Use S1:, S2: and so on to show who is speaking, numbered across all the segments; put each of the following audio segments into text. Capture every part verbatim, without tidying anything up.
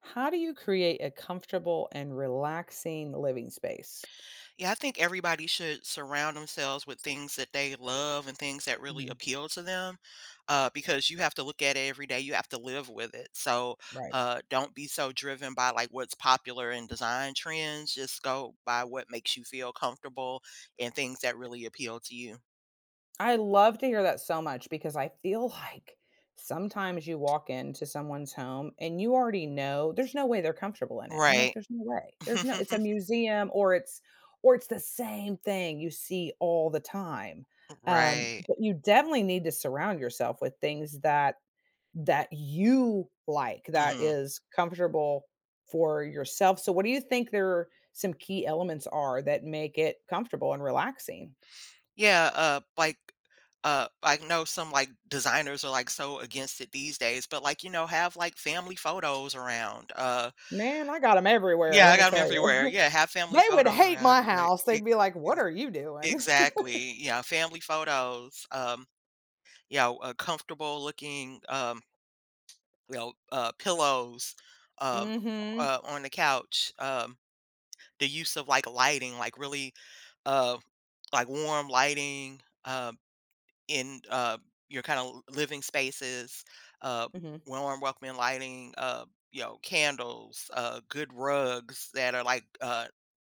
S1: How do you create a comfortable and relaxing living space?
S2: Yeah, I think everybody should surround themselves with things that they love and things that really
S1: Mhm.
S2: appeal to them, uh, because you have to look at it every day. You have to live with it. So
S1: Right.
S2: uh, don't be so driven by like what's popular in design trends. Just go by what makes you feel comfortable and things that really appeal to you.
S1: I love to hear that so much because I feel like sometimes you walk into someone's home and you already know there's no way they're comfortable in it. I'm like,
S2: Right.
S1: there's no way. There's no, it's a museum or it's, or it's the same thing you see all the time. Um,
S2: Right.
S1: but you definitely need to surround yourself with things that that you like, that
S2: Hmm.
S1: is comfortable for yourself. So what do you think there are some key elements are that make it comfortable and relaxing?
S2: Yeah. Uh, like, uh, I know some like designers are like so against it these days, but like you know, have like family photos around. Uh,
S1: Man, I got them everywhere,
S2: Yeah, I
S1: let me
S2: got them
S1: tell you.
S2: everywhere. Yeah, have family
S1: They would
S2: photos
S1: hate
S2: around.
S1: my
S2: Yeah,
S1: house.
S2: e
S1: They'd be like, "What
S2: ex
S1: are you doing?"
S2: exactly. Yeah, family photos, um, yeah, uh, comfortable looking, um, you know, uh, pillows, um,
S1: Mhm,
S2: uh, on the couch, um, the use of, like, lighting, like, really, uh, like, warm lighting, um in uh, your kind of living spaces, uh,
S1: mhm.
S2: warm, welcoming lighting, uh, you know, candles, uh, good rugs that are like uh,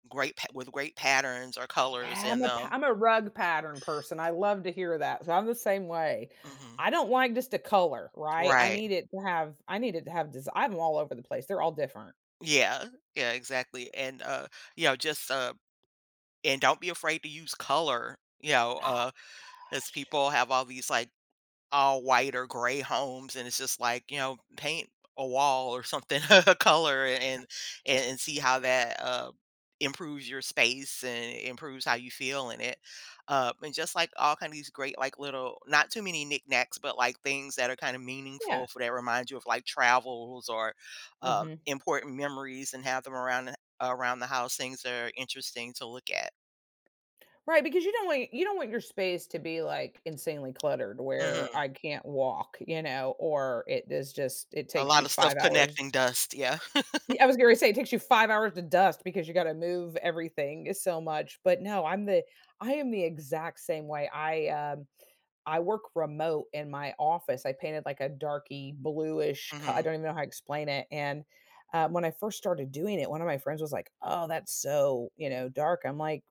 S2: great pa- with great patterns or colors
S1: Yeah,
S2: in
S1: I'm a pa
S2: them.
S1: I'm a rug pattern person. I love to hear that, so I'm the same way.
S2: Hmm.
S1: I don't like just a color, right? I
S2: Right.
S1: need it to have I need it to have desi I have 'em all over the place. They're all different.
S2: Yeah. Yeah. Exactly. And uh, you know, just uh, and don't be afraid to use color. You know,
S1: Oh
S2: uh, as
S1: gosh.
S2: people have all these like all white or gray homes, and it's just like, you know, paint a wall or something a color and and and see how that, uh, improves your space and improves how you feel in it. Uh, and just, like, all kinda these great, like, little not too many knickknacks, but, like, things that are kinda meaningful
S1: Yeah.
S2: for that remind you of, like, travels or, um,
S1: Mhm.
S2: important memories and have them around around the house, things that are interesting to look at.
S1: Right, because you don't want you don't want your space to be, like, insanely cluttered where
S2: Mhm.
S1: I can't walk, you know, or it is just it
S2: A
S1: takes
S2: lot
S1: you
S2: of stuff
S1: five hours.
S2: connecting dust, yeah.
S1: Yeah, I was gonna say it takes you five hours to dust because you gotta move everything so much, but no, I'm the I am the exact same way. I, um I work remote in my office. I painted, like, a darky bluish co I
S2: Mhm.
S1: don't even know how to explain it, and, uh, when I first started doing it, one of my friends was like, "Oh, that's so," you know, "dark." I'm like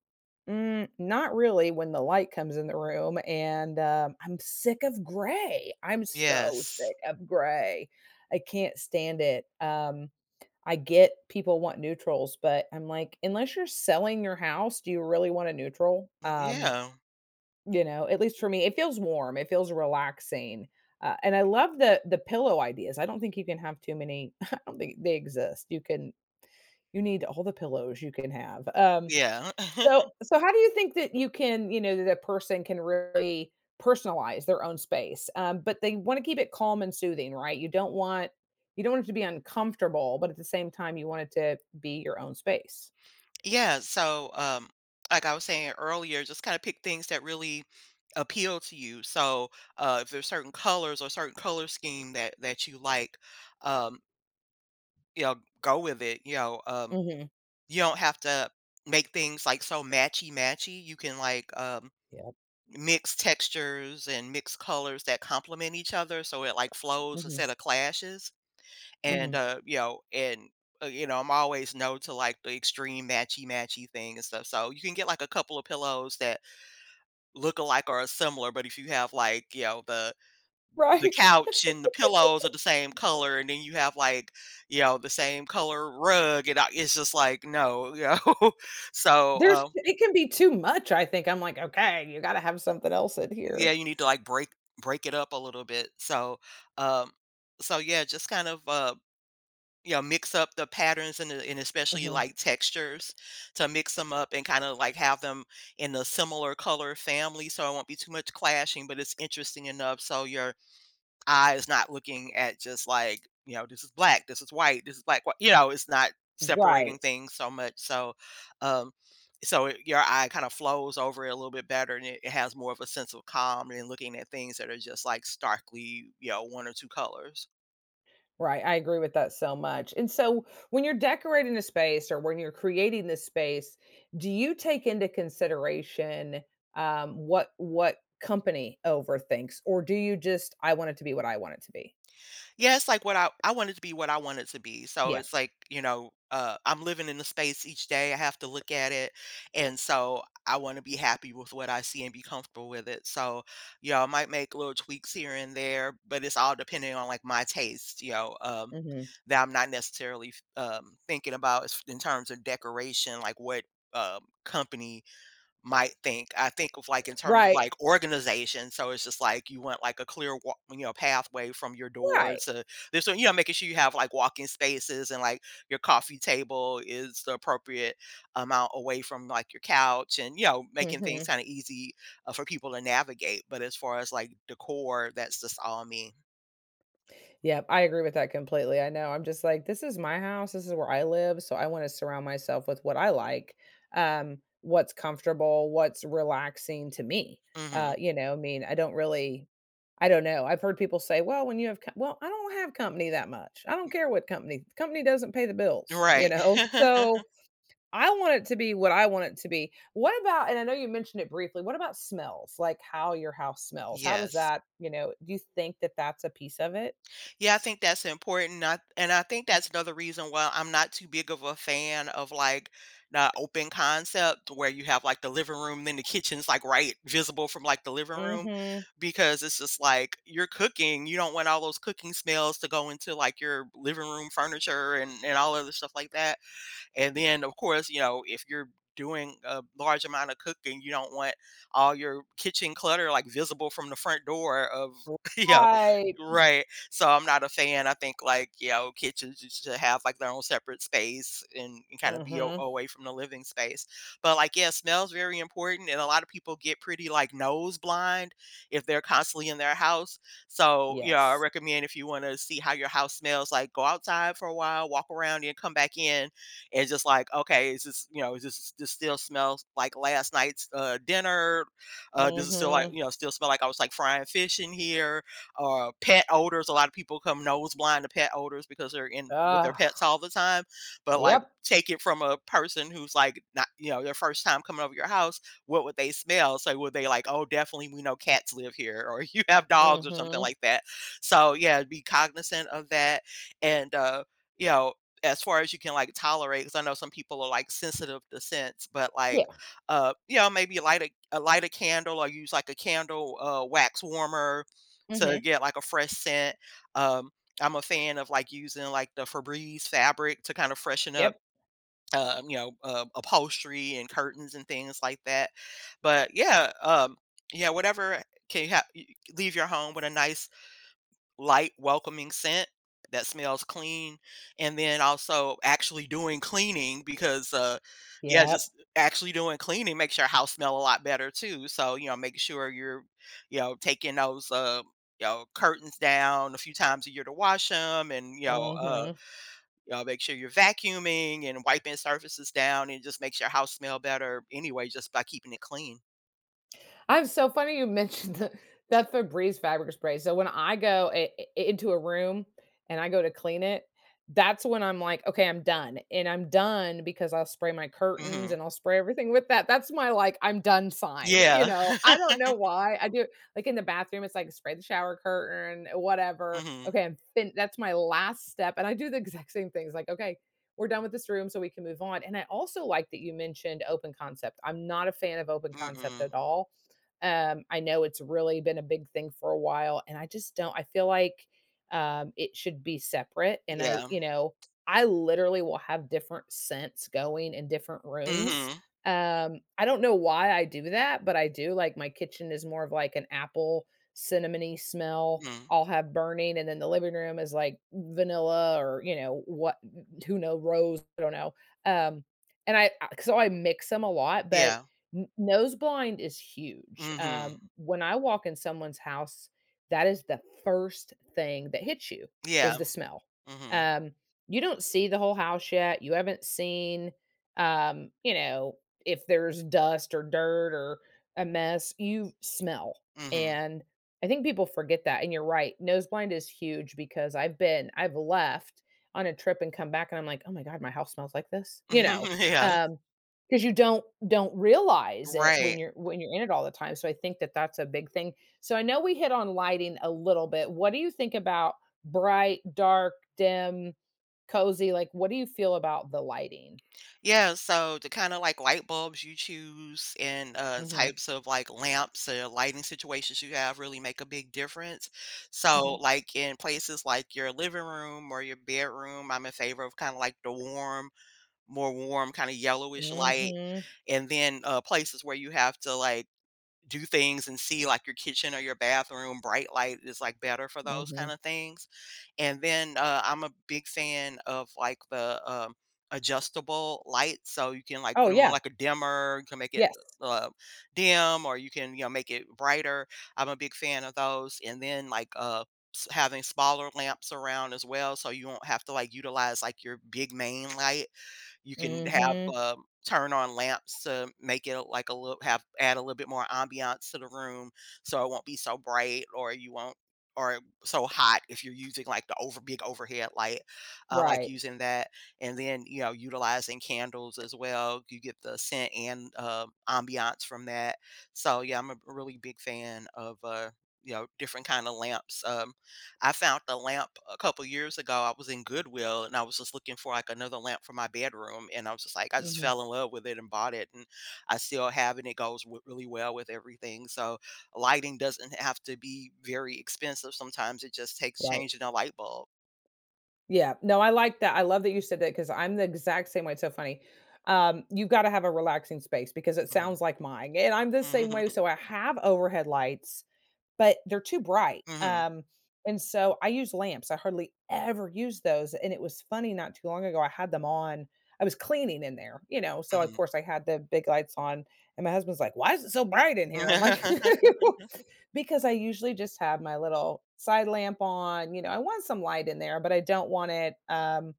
S1: mm, not really when the light comes in the room, and, um, I'm sick of gray. I'm so
S2: Yes.
S1: sick of gray. I can't stand it. Um, I get people want neutrals, but I'm like, unless you're selling your house, do you really want a neutral? Um,
S2: Yeah.
S1: you know, at least for me, it feels warm. It feels relaxing. Uh, and I love the the pillow ideas. I don't think you can have too many. I don't think they exist. You can you need all the pillows you can have. Um,
S2: Yeah.
S1: so so how do you think that you can you know, that a person can really personalize their own space? Um, but they wanna keep it calm and soothing, right? You don't want you don't want it to be uncomfortable, but at the same time, you want it to be your own space.
S2: Yeah, so, um, like I was saying earlier, just kinda pick things that really appeal to you. So, uh, if there's certain colors or certain color scheme that that you like, um, you know, go with it, you know, um,
S1: Mhm.
S2: you don't have to make things, like, so matchy-matchy. You can, like, um,
S1: Yep.
S2: mix textures and mix colors that complement each other so it, like, flows
S1: Mhm.
S2: instead of clashes. And,
S1: Mhm.
S2: uh, you know, and, uh, you know, I'm always no to like the extreme matchy matchy thing and stuff. So you can get like a couple of pillows that look alike or are similar, but if you have like, you know, the the
S1: Right.
S2: couch and the pillows are the same color, and then you have like, you know, the same color rug, and I, it's just like no, you know. So
S1: There's
S2: um,
S1: it can be too much, I think. I'm like, "Okay, you gotta have something else in
S2: yeah,
S1: here."
S2: you need to like break break it up a little bit. So um, so yeah, just kind of uh, you know, mix up the patterns and the and especially,
S1: Mhm.
S2: like, textures to mix them up and kinda, like, have them in a similar color family so it won't be too much clashing, but it's interesting enough so your eye is not looking at just, like, you know, "This is black, this is white, this is black, whi" you know, it's not separating
S1: Right.
S2: things so much, so, um, so it, your eye kinda flows over it a little bit better, and it it has more of a sense of calm than looking at things that are just, like, starkly, you know, one or two colors.
S1: Right, I agree with that so much. And so, when you're decorating a space or when you're creating this space, do you take into consideration um, what what company overthinks, or do you just I want it to be what I want it to be?
S2: Yeah, it's like what I I wanted to be what I wanted to be. So
S1: Yeah.
S2: it's like, you know, uh, I'm living in the space each day. I have to look at it. And so I want to be happy with what I see and be comfortable with it. So, you know, I might make little tweaks here and there, but it's all depending on like my taste, you know, um,
S1: Hmm.
S2: that I'm not necessarily um, thinking about as- in terms of decoration, like what um, company might think. I think of, like, in terms of,
S1: Right.
S2: like, organization, so it's just, like, you want, like, a clear wa you know, pathway from your door
S1: Right.
S2: to this one, you know, making sure you have, like, walking spaces and, like, your coffee table is the appropriate amount away from, like, your couch and, you know, making things
S1: Hmm.
S2: kinda easy, uh, for people to navigate, but as far as, like, decor, that's just all me.
S1: Yep, I agree with that completely. I know. I'm just like, this is my house. This is where I live. So I want to surround myself with what I like, um, what's comfortable, what's relaxing to me. Uh,
S2: Mhm.
S1: you know, I mean, I don't really, I don't know. I've heard people say, well, when you have, co-" well, I don't have company that much. I don't care what company, company doesn't pay the bills, you
S2: Right.
S1: know? So I want it to be what I want it to be. What about, and I know you mentioned it briefly, what about smells? Like how your house smells? How does
S2: Yes.
S1: that, you know, do you think that that's a piece of it?
S2: Yeah, I think that's important. I, and I think that's another reason why I'm not too big of a fan of like the open concept where you have like the living room, then the kitchen's like right visible from like the living room
S1: Mhm.
S2: because it's just like you're cooking. You don't want all those cooking smells to go into like your living room furniture and, and all other stuff like that. And then, of course, you know, if you're doing a large amount of cooking, you don't want all your kitchen clutter like visible from the front door of, you know,
S1: Right.
S2: right. So I'm not a fan. I think like, you know, kitchens should should have like their own separate space and, and kind of be a-
S1: Mhm.
S2: away from the living space. But like, yeah, smell's very important. And a lot of people get pretty like nose blind if they're constantly in their house. So, you know, I
S1: Yes.
S2: recommend if you want to see how your house smells, like go outside for a while, walk around and come back in it's just like, okay, is this, you know, is this this still smells like last night's uh, dinner? Uh, does it still like,
S1: Mhm.
S2: you know, still smell like I was like frying fish in here? Or pet odors. A lot of people come nose blind to pet odors because they're in with their
S1: Ah.
S2: pets all the time. But like,
S1: Yep.
S2: take it from a person who's like not, you know, their first time coming over your house. What would they smell? So would they like, oh, definitely we know cats live here, or you have dogs or something
S1: Mhm.
S2: like that. So yeah, be cognizant of that, and uh, you know, as far as you can like tolerate because I know some people are like sensitive to scents but like
S1: Yeah.
S2: uh you know maybe light a, a light a candle or use like a candle uh wax warmer to
S1: Mhm.
S2: get like a fresh scent um I'm a fan of like using like the febreze fabric to kind of freshen up
S1: Yep.
S2: um, you know uh, upholstery and curtains and things like that but yeah um yeah whatever can you ha- leave your home with a nice light, welcoming scent that smells clean, and then also actually doing cleaning because, uh, yeah,
S1: Yep.
S2: just actually doing cleaning makes your house smell a lot better too. So, you know, make sure you're, you know, taking those, uh, you know, curtains down a few times a year to wash them, and you know, uh,
S1: Mhm.
S2: you know, make sure you're vacuuming and wiping surfaces down, and it just makes your house smell better anyway, just by keeping it clean.
S1: I'm so funny you mentioned the, that Febreze fabric spray. So when I go i- i- into a room and I go to clean it, that's when I'm like, okay, I'm done. And I'm done because I'll spray my curtains
S2: Mhm.
S1: and I'll spray everything with that. That's my like, I'm done sign. You
S2: Yeah.
S1: know, I don't know why I do like in the bathroom, it's like spray the shower curtain, whatever.
S2: Mhm.
S1: Okay, I'm fin- that's my last step. And I do the exact same things like, okay, we're done with this room so we can move on. And I also like that you mentioned open concept. I'm not a fan of open concept
S2: Mm-mm.
S1: at all. Um, I know it's really been a big thing for a while, and I just don't I feel like, um, it should be separate, and I
S2: Yeah.
S1: you know, I literally will have different scents going in different rooms.
S2: Mhm.
S1: Um, I don't know why I do that, but I do, like, my kitchen is more of, like, an apple cinnamony smell
S2: Mhm.
S1: I'll have burning, and then the living room is, like, vanilla or, you know, what who knows, rose, I don't know. Um, and I I so I mix them a lot, but
S2: Yeah.
S1: N nose blind is huge.
S2: Mhm.
S1: Um, when I walk in someone's house, that is the first thing that hits you is
S2: Yeah.
S1: the smell.
S2: Mhm.
S1: Um, you don't see the whole house yet. You haven't seen, um, you know, if there's dust or dirt or a mess, you smell.
S2: Mhm.
S1: And I think people forget that. And you're right. Nose blind is huge because I've been, I've left on a trip and come back and I'm like, oh my God, my house smells like this, you know.
S2: Yeah.
S1: Um, 'Cause you don't don't realize it when
S2: Right.
S1: you're when you're in it all the time, so I think that that's a big thing. So I know we hit on lighting a little bit. What do you think about bright, dark, dim, cozy? Like, what do you feel about the lighting?
S2: Yeah, so the kinda, like, light bulbs you choose and, uh,
S1: Mhm,
S2: types of, like, lamps or lighting situations you have really make a big difference. So,
S1: mhm.
S2: like, in places like your living room or your bedroom, I'm in favor of kinda, like, the warm more warm, kinda yellowish light,
S1: Mhm,
S2: and then, uh, places where you have to, like do things and see like your kitchen or your bathroom, bright light is like better for those kind
S1: mhm.
S2: of things. And then uh, I'm a big fan of like the um, adjustable lights, so you can like put
S1: Oh,
S2: them on
S1: yeah.
S2: like a dimmer, you can make it
S1: Yes.
S2: uh, dim, or you can you know make it brighter. I'm a big fan of those. And then like uh, s- Having smaller lamps around as well, so you won't have to like utilize like your big main light. You can have,
S1: Mhm.
S2: um, turn on lamps to make it uh, like a little have add a little bit more ambiance to the room so it won't be so bright or you won't or so hot if you're using like the over big overhead light. I like
S1: Right.
S2: using that. And then, you know, utilizing candles as well. You get the scent and uh, ambiance from that. So yeah, I'm a really big fan of uh, you know, different kind of lamps. Um, I found the lamp a couple years ago. I was in Goodwill and I was just looking for like another lamp for my bedroom. And I was just like, I just
S1: Mhm.
S2: fell in love with it and bought it. And I still have it. It goes w- really well with everything. So lighting doesn't have to be very expensive. Sometimes it just takes
S1: Right.
S2: changing a light bulb.
S1: Yeah. No, I like that. I love that you said that because I'm the exact same way. It's so funny. Um, you got to have a relaxing space because it
S2: Hmm.
S1: sounds like mine. And I'm the same way.
S2: Hmm.
S1: So I have overhead lights but they're too bright,
S2: Hmm.
S1: um, and so I use lamps, I hardly ever use those, and it was funny not too long ago, I had them on I was cleaning in there, you know, so of
S2: Hmm.
S1: course I had the big lights on, and my husband's like, "Why is it so bright in here?" I'm like, "Because I usually just have my little side lamp on, you know, I want some light in there, but I don't want it, um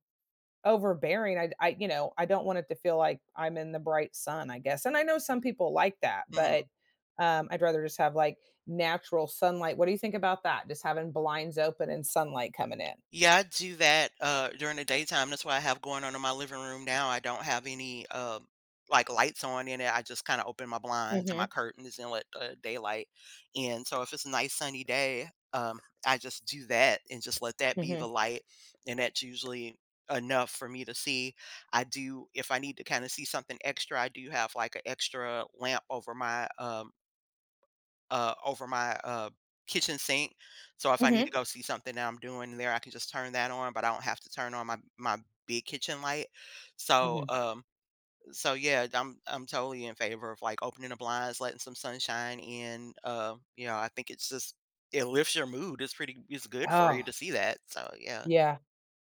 S1: overbearing. I I you know, I don't want it to feel like I'm in the bright sun, I guess. And I know some people like that, but um, I'd rather just have like natural sunlight. What do you think about that? Just having blinds open and sunlight coming in.
S2: Yeah, I do that uh during the daytime. That's what I have going on in my living room now. I don't have any um like lights on in it. I just kind of open my blinds and my
S1: Mhm.
S2: curtains and let the daylight in. So if it's a nice sunny day, um I just do that and just let that be the
S1: Mhm.
S2: light and that's usually enough for me to see. I do if I need to kind of see something extra, I do have like an extra lamp over my um uh, over my uh, kitchen sink. So if I need to
S1: Mhm.
S2: go see something that I'm doing there, I can just turn that on, but I don't have to turn on my my big kitchen light. So
S1: Mhm.
S2: um, so yeah, I'm I'm totally in favor of like opening the blinds, letting some sunshine in. Uh, you know, I think it's just it lifts your mood. It's pretty. It's good for you
S1: Oh,
S2: to see that. So yeah.
S1: yeah.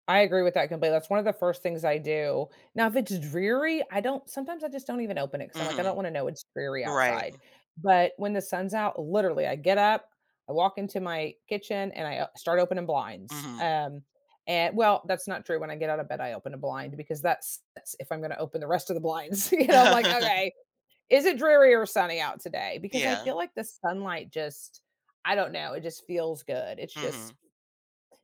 S1: I agree with that completely. That's one of the first things I do. Now, if it's dreary, I don't sometimes I just don't even open it because I'm like, I
S2: Hmm.
S1: don't want to know it's dreary
S2: Right.
S1: outside. But when the sun's out, literally, I get up, I walk into my kitchen, and I uh, start opening blinds.
S2: Hmm.
S1: Um, and well, that's not true. When I get out of bed, I open a blind because that's that's if I'm going to open the rest of the blinds. You know, I'm like, okay, is it dreary or sunny out today? Because I
S2: Yeah.
S1: feel like the sunlight just, I don't know, it just feels good. It's
S2: Hmm.
S1: just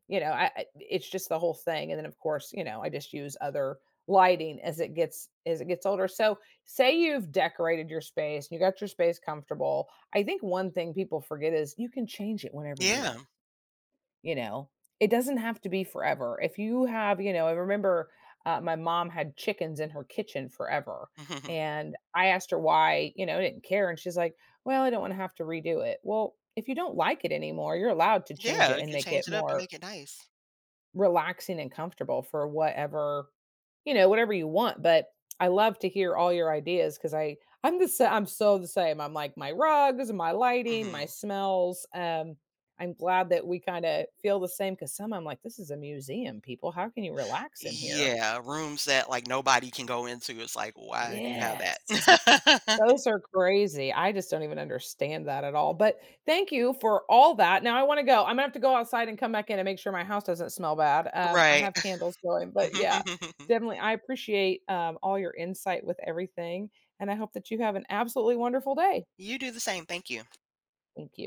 S1: you know, I I it's just the whole thing, and then, of course, you know, I just use other lighting as it gets as it gets older. So, say you've decorated your space, and you got your space comfortable. I think one thing people forget is you can change it whenever you
S2: Yeah.
S1: want, you know? It doesn't have to be forever. If you have you know, I remember, uh, my mom had chickens in her kitchen forever, and I asked her why, you know, I didn't care, and she's like, "Well, I don't wanna have to redo it." Well, if you don't like it anymore, you're allowed to change
S2: Yeah.
S1: it
S2: You
S1: and
S2: can
S1: make
S2: change
S1: it
S2: it up and
S1: more
S2: make it nice.
S1: relaxing and comfortable for whatever, you know, whatever you want, but I love to hear all your ideas because I I'm the sa- I'm so the same. I'm like my rugs, my lighting, my
S2: Hmm.
S1: smells. Um, I'm glad that we kind of feel the same because some I'm like, this is a museum, people. How can you relax in here?
S2: Yeah, rooms that, like, nobody can go into, it's like, "Why do you have
S1: Yes.
S2: that?"
S1: Those are crazy. I just don't even understand that at all. But thank you for all that. Now I want to go. I'm gonna have to go outside and come back in and make sure my house doesn't smell bad. Um, I
S2: Right.
S1: have candles going, but yeah, definitely. I appreciate um, all your insight with everything, and I hope that you have an absolutely wonderful day.
S2: You do the same, thank you.
S1: Thank you.